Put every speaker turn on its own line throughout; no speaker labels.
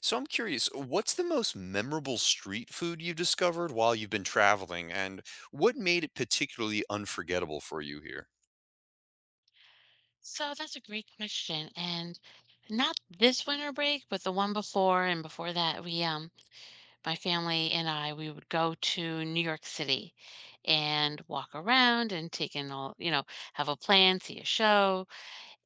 So I'm curious, what's the most memorable street food you've discovered while you've been traveling, and what made it particularly unforgettable for you here?
So that's a great question. And not this winter break, but the one before and before that, we my family and I, we would go to New York City and walk around and take in all, have a plan, see a show,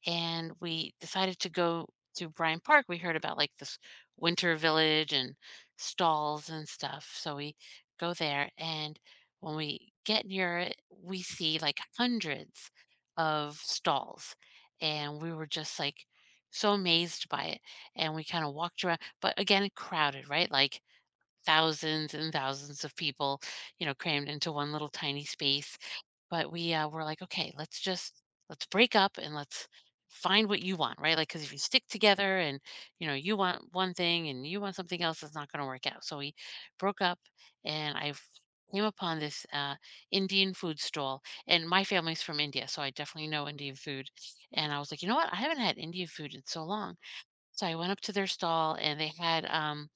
and we decided to go to Bryant Park. We heard about like this winter village and stalls and stuff. So we go there, and when we get near it, we see like hundreds of stalls. And we were just like so amazed by it. And we kind of walked around, but again, crowded, right? Like thousands and thousands of people, crammed into one little tiny space. But we were like, okay, let's break up and let's find what you want, right? Like, because if you stick together and you know you want one thing and you want something else, it's not going to work out. So we broke up, and came upon this Indian food stall, and my family's from India, so I definitely know Indian food. And I was like, you know what? I haven't had Indian food in so long. So I went up to their stall, and they had um,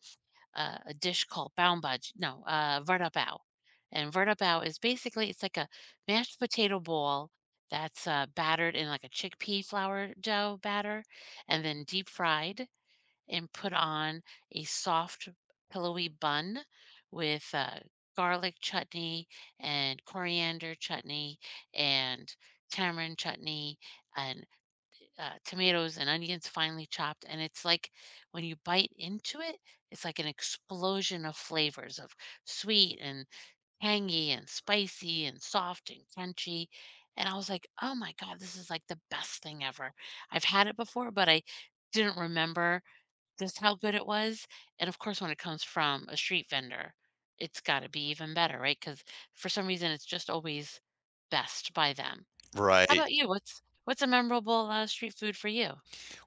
uh, a dish called Baum Baj no, Vada Bao. And Vada Bao is basically it's like a mashed potato ball that's, battered in, like, a chickpea flour dough batter and then deep fried and put on a soft, pillowy bun with, garlic chutney and coriander chutney and tamarind chutney and tomatoes and onions finely chopped. And it's like when you bite into it, it's like an explosion of flavors of sweet and tangy and spicy and soft and crunchy. And I was like, oh my God, this is like the best thing ever. I've had it before, but I didn't remember just how good it was. And of course, when it comes from a street vendor, it's got to be even better, right? Because for some reason, it's just always best by them. How
Right.
about you? What's a memorable street food for you?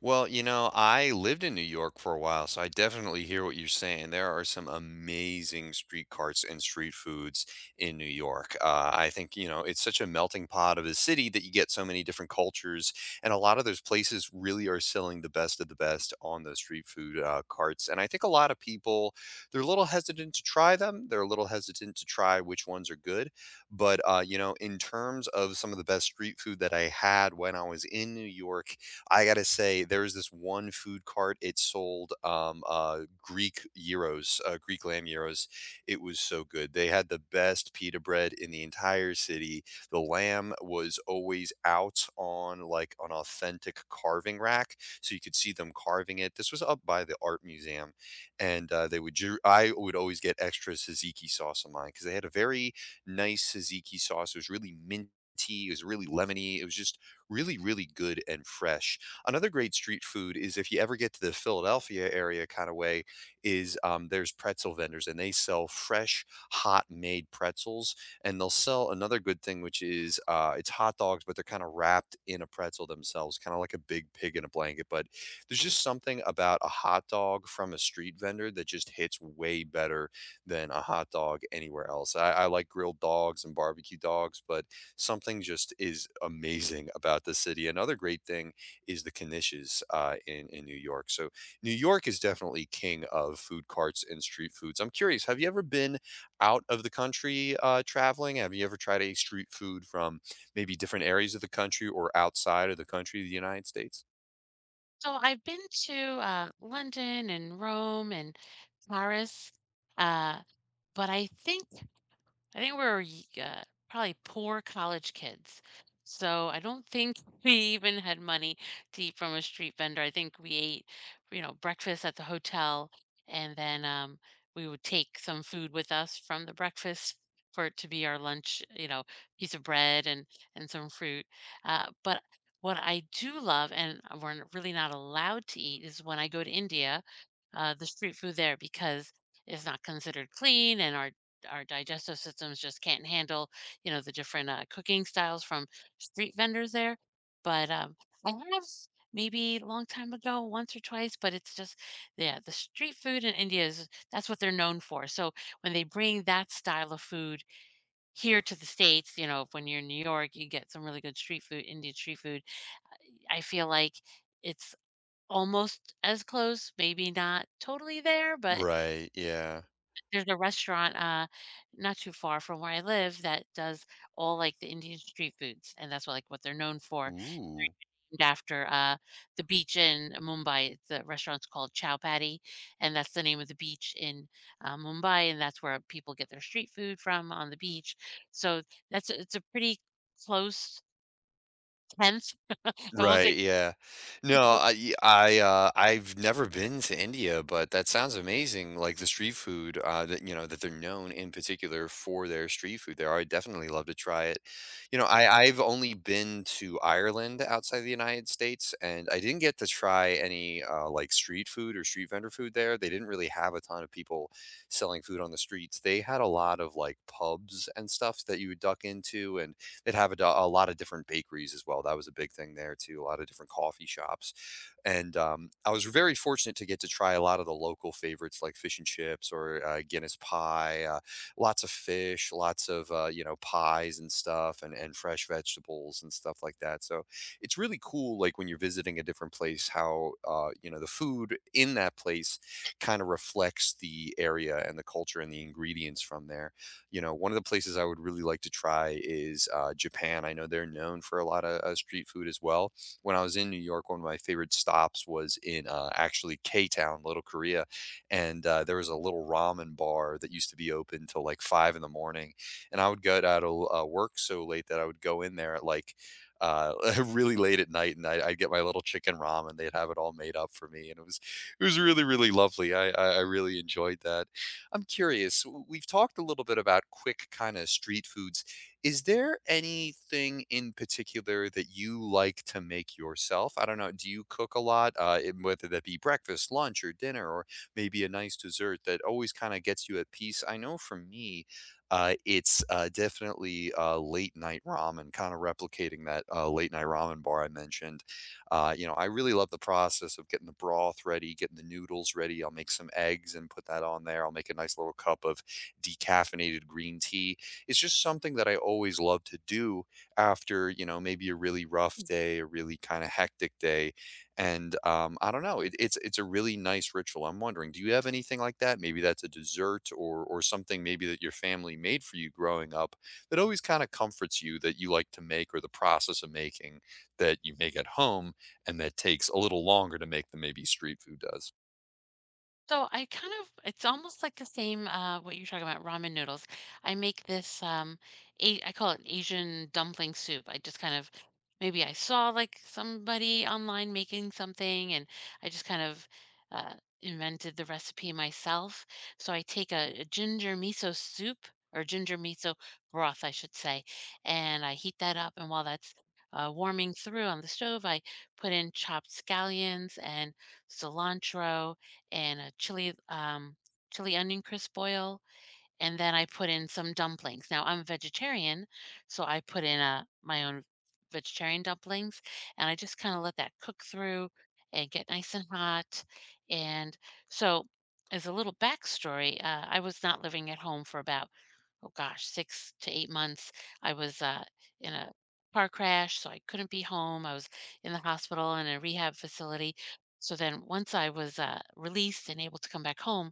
Well, you know, I lived in New York for a while, so I definitely hear what you're saying. There are some amazing street carts and street foods in New York. I think, you know, it's such a melting pot of a city that you get so many different cultures, and a lot of those places really are selling the best of the best on those street food carts. And I think a lot of people, they're a little hesitant to try them. They're a little hesitant to try which ones are good. But, you know, in terms of some of the best street food that I had when I was in New York, I gotta say, there was this one food cart. It sold Greek gyros, Greek lamb gyros. It was so good. They had the best pita bread in the entire city. The lamb was always out on like an authentic carving rack, so you could see them carving it. This was up by the art museum, and I would always get extra tzatziki sauce on mine because they had a very nice tzatziki sauce. It was really minty. It was really lemony. It was just really, really good and fresh. Another great street food is if you ever get to the Philadelphia area kind of way is, there's pretzel vendors and they sell fresh, hot made pretzels, and they'll sell another good thing, which is, it's hot dogs, but they're kind of wrapped in a pretzel themselves, kind of like a big pig in a blanket. But there's just something about a hot dog from a street vendor that just hits way better than a hot dog anywhere else. I like grilled dogs and barbecue dogs, but something just is amazing about the city. Another great thing is the Knishes in New York. So New York is definitely king of food carts and street foods. I'm curious, have you ever been out of the country traveling? Have you ever tried a street food from maybe different areas of the country or outside of the country, the United States?
So I've been to London and Rome and Paris, uh, but I think we're uh, probably poor college kids. So I don't think we even had money to eat from a street vendor. I think we ate, you know, breakfast at the hotel and then we would take some food with us from the breakfast for it to be our lunch, you know, piece of bread and some fruit. But what I do love and really not allowed to eat is when I go to India, the street food there, because it's not considered clean, and our digestive systems just can't handle, you know, the different, cooking styles from street vendors there. But, I have maybe a long time ago, once or twice, but it's just yeah, the street food in India is that's what they're known for. So, when they bring that style of food here to the States, you know, when you're in New York, you get some really good street food, Indian street food. I feel like it's almost as close, maybe not totally there, but
Right. Yeah.
there's a restaurant, not too far from where I live that does all, like, the Indian street foods, and that's what, like, what they're known for.
Ooh.
And after, the beach in Mumbai, the restaurant's called Chow Patty, and that's the name of the beach in, Mumbai, and that's where people get their street food from on the beach. So that's a it's a pretty close 10th. I won't say.
Right, yeah. No, I, I've never been to India, but that sounds amazing, like the street food, that, you know, that they're known in particular for their street food there. I would definitely love to try it. You know, I've only been to Ireland outside the United States, and I didn't get to try any, like, street food or street vendor food there. They didn't really have a ton of people selling food on the streets. They had a lot of, like, pubs and stuff that you would duck into, and they'd have a lot of different bakeries as well. That was a big thing there too. A lot of different coffee shops, and I was very fortunate to get to try a lot of the local favorites like fish and chips or Guinness pie, lots of fish, lots of you know, pies and stuff, and fresh vegetables and stuff like that. So it's really cool, like when you're visiting a different place, how you know, the food in that place kind of reflects the area and the culture and the ingredients from there. You know, one of the places I would really like to try is Japan. I know they're known for a lot of street food as well. When I was in New York, one of my favorite stops was in actually K Town, Little Korea, and there was a little ramen bar that used to be open till like five in the morning, and I would get out of work so late that I would go in there at like uh really late at night, and I'd get my little chicken ramen. They'd have it all made up for me, and it was really, really lovely. I really enjoyed that. I'm curious, we've talked a little bit about quick kind of street foods. Is there anything in particular that you like to make yourself? I don't know. Do you cook a lot, whether that be breakfast, lunch, or dinner, or maybe a nice dessert that always kind of gets you at peace? I know for me, it's definitely late night ramen, kind of replicating that late night ramen bar I mentioned. You know, I really love the process of getting the broth ready, getting the noodles ready. I'll make some eggs and put that on there. I'll make a nice little cup of decaffeinated green tea. It's just something that I always love to do after, you know, maybe a really rough day, a really kind of hectic day. And I don't know, it's a really nice ritual. I'm wondering, do you have anything like that? Maybe that's a dessert, or something maybe that your family made for you growing up that always kind of comforts you that you like to make, or the process of making that you make at home, and that takes a little longer to make than maybe street food does.
So I kind of it's almost like the same what you're talking about, ramen noodles. I make this a I call it Asian dumpling soup. I just kind of maybe I saw like somebody online making something, and I just kind of uh invented the recipe myself. So I take a ginger miso soup or ginger miso broth, I should say, and I heat that up, and while that's warming through on the stove, I put in chopped scallions and cilantro and a chili onion crisp boil, and then I put in some dumplings. Now I'm a vegetarian, so I put in my own vegetarian dumplings, and I just kind of let that cook through and get nice and hot. And so, as a little backstory, I was not living at home for about oh gosh, 6 to 8 months. I was, in a car crash, so I couldn't be home. I was in the hospital in a rehab facility. So then once I was, released and able to come back home,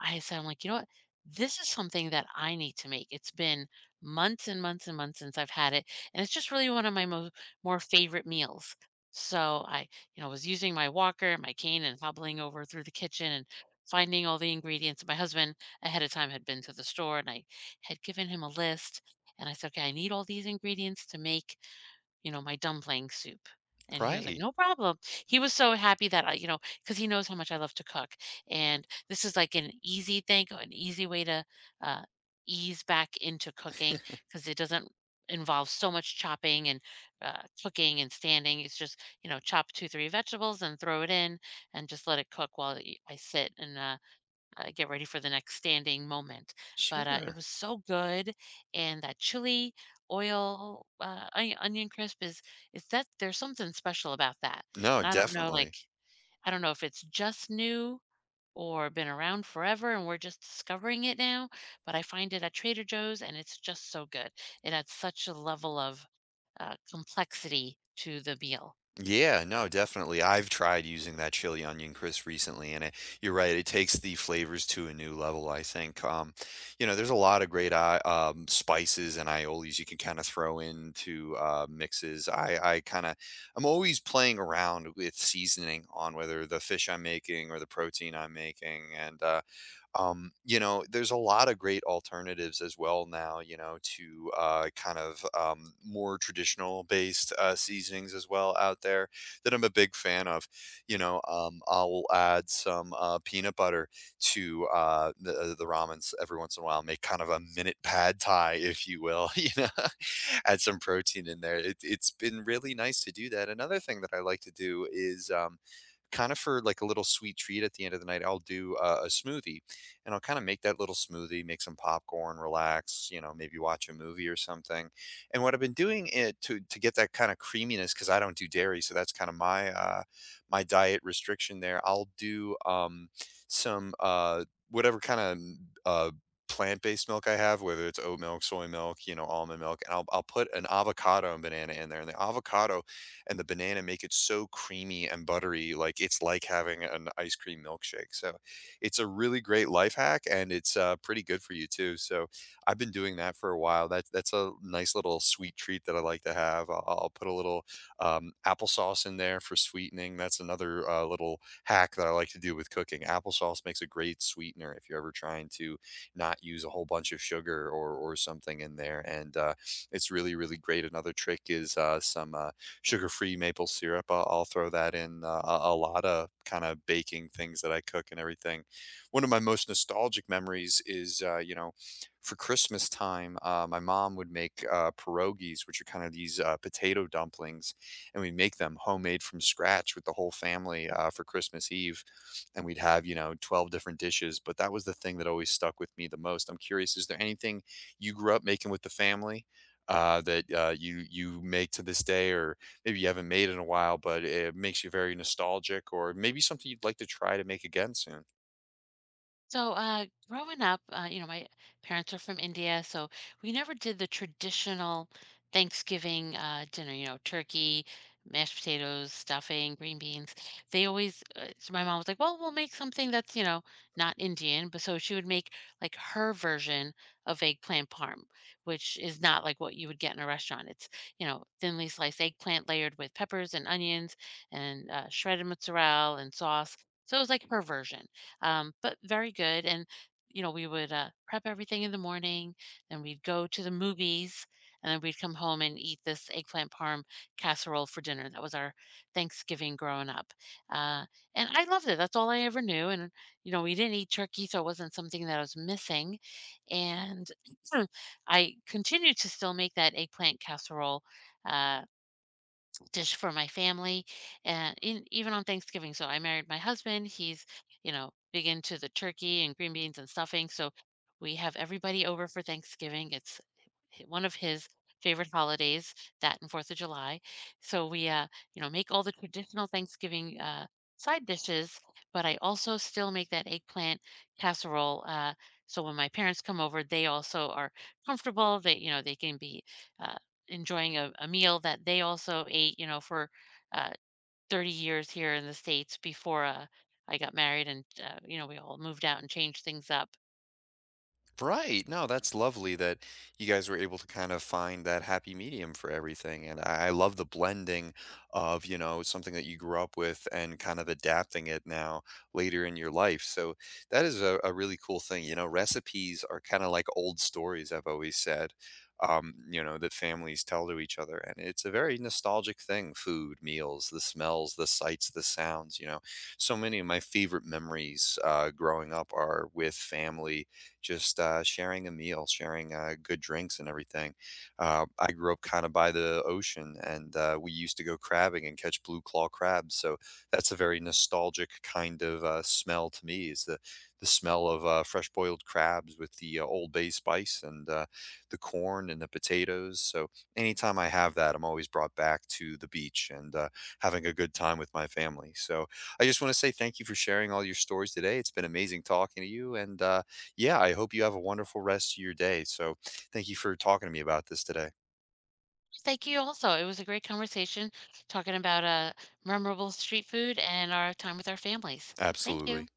I said, I'm like, "You know what? This is something that I need to make." It's been months and months and months since I've had it, and it's just really one of my mo more favorite meals. So I, you know, was using my walker, my cane, and hobbling over through the kitchen and finding all the ingredients. My husband ahead of time had been to the store, and I had given him a list, and I said, "Okay, I need all these ingredients to make, you know, my dumpling soup." And he was like,
Right.
"No problem." He was so happy that I, you know, because he knows how much I love to cook, and this is like an easy thing, an easy way to uh, ease back into cooking, because it doesn't involve so much chopping and cooking and standing. It's just, you know, chop two, three vegetables and throw it in, and just let it cook while I sit and get ready for the next standing moment. But it
Sure.
was so good, and that chili oil onion crisp is that there's something special about that.
No,
And I don't know, like
definitely.
I don't know if it's just new or been around forever and we're just discovering it now, but I find it at Trader Joe's, and it's just so good. It adds such a level of complexity to the meal.
Yeah, no, definitely. I've tried using that chili onion crisp recently, and it, you're right, it takes the flavors to a new level, I think. You know, there's a lot of great spices and aiolis you can kind of throw into mixes. I'm always playing around with seasoning on whether the fish I'm making or the protein I'm making, and you know, there's a lot of great alternatives as well now, you know, to kind of more traditional based seasonings as well out there that I'm a big fan of. You know, I'll add some peanut butter to the ramens every once in a while, make kind of a minute pad thai, if you will, you know, add some protein in there. It's been really nice to do that. Another thing that I like to do is, kind of for like a little sweet treat at the end of the night, I'll do a smoothie, and I'll kind of make that little smoothie, make some popcorn, relax, you know, maybe watch a movie or something. And what I've been doing it to get that kind of creaminess, because I don't do dairy, so that's kind of my my diet restriction there. I'll do some whatever kind of mm, uh, plant-based milk I have, whether it's oat milk, soy milk, you know, almond milk, and I'll put an avocado and banana in there, and the avocado and the banana make it so creamy and buttery, like it's like having an ice cream milkshake. So it's a really great life hack, and it's pretty good for you too. So I've been doing that for a while. That's a nice little sweet treat that I like to have. I'll put a little applesauce in there for sweetening. That's another little hack that I like to do with cooking. Applesauce makes a great sweetener if you're ever trying to not use a whole bunch of sugar, or something in there, and it's really, really great. Another trick is some sugar-free maple syrup. I'll throw that in a lot of kind of baking things that I cook and everything. One of my most nostalgic memories is, you know, for Christmas time, my mom would make pierogies, which are kind of these potato dumplings, and we would make them homemade from scratch with the whole family for Christmas Eve. And we'd have, you know, 12 different dishes. But that was the thing that always stuck with me the most. I'm curious, is there anything you grew up making with the family that you make to this day, or maybe you haven't made in a while, but it makes you very nostalgic, or maybe something you'd like to try to make again soon.
So, growing up, you know, my parents are from India, so we never did the traditional Thanksgiving dinner, you know, turkey, mashed potatoes, stuffing, green beans. They always, so my mom was like, well, we'll make something that's, you know, not Indian. But so she would make like her version of eggplant parm, which is not like what you would get in a restaurant. It's, you know, thinly sliced eggplant layered with peppers and onions and shredded mozzarella and sauce. So it was like her version but very good. And you know, we would prep everything in the morning, then we'd go to the movies, and then we'd come home and eat this eggplant parm casserole for dinner. That was our Thanksgiving growing up, uh, and I loved it. That's all I ever knew. And you know, we didn't eat turkey, so it wasn't something that I was missing. And I continue to still make that eggplant casserole. Uh, Dish for my family and even on Thanksgiving. So I married my husband. He's, you know, big into the turkey and green beans and stuffing. So we have everybody over for Thanksgiving. It's hi one of his favorite holidays, that and Fourth of July. So we you know, make all the traditional Thanksgiving, side dishes, but I also still make that eggplant casserole, so when my parents come over, they also are comfortable. They, you know, they can be, uh, enjoying a meal that they also ate, you know, for, uh, 30 years here in the States before, I got married, and, you know, we all moved out and changed things up.
Right. No, that's lovely that you guys were able to kind of find that happy medium for everything. And I love the blending of, you know, something that you grew up with and kind of adapting it now later in your life. So that is a really cool thing. You know, recipes are kind of like old stories, I've always said, you know, that families tell to each other. And it's a very nostalgic thing: food, meals, the smells, the sights, the sounds, you know. So many of my favorite memories growing up are with family, just sharing a meal, sharing good drinks and everything. I grew up kind of by the ocean, and we used to go crabbing and catch blue claw crabs. So that's a very nostalgic kind of smell to me. Is the smell of fresh boiled crabs with the Old Bay spice, and the corn and the potatoes. So anytime I have that, I'm always brought back to the beach and having a good time with my family. So I just want to say thank you for sharing all your stories today. It's been amazing talking to you, and yeah, I hope you have a wonderful rest of your day. So thank you for talking to me about this today.
Thank you also. It was a great conversation talking about memorable street food and our time with our families. Thank
Absolutely.
you.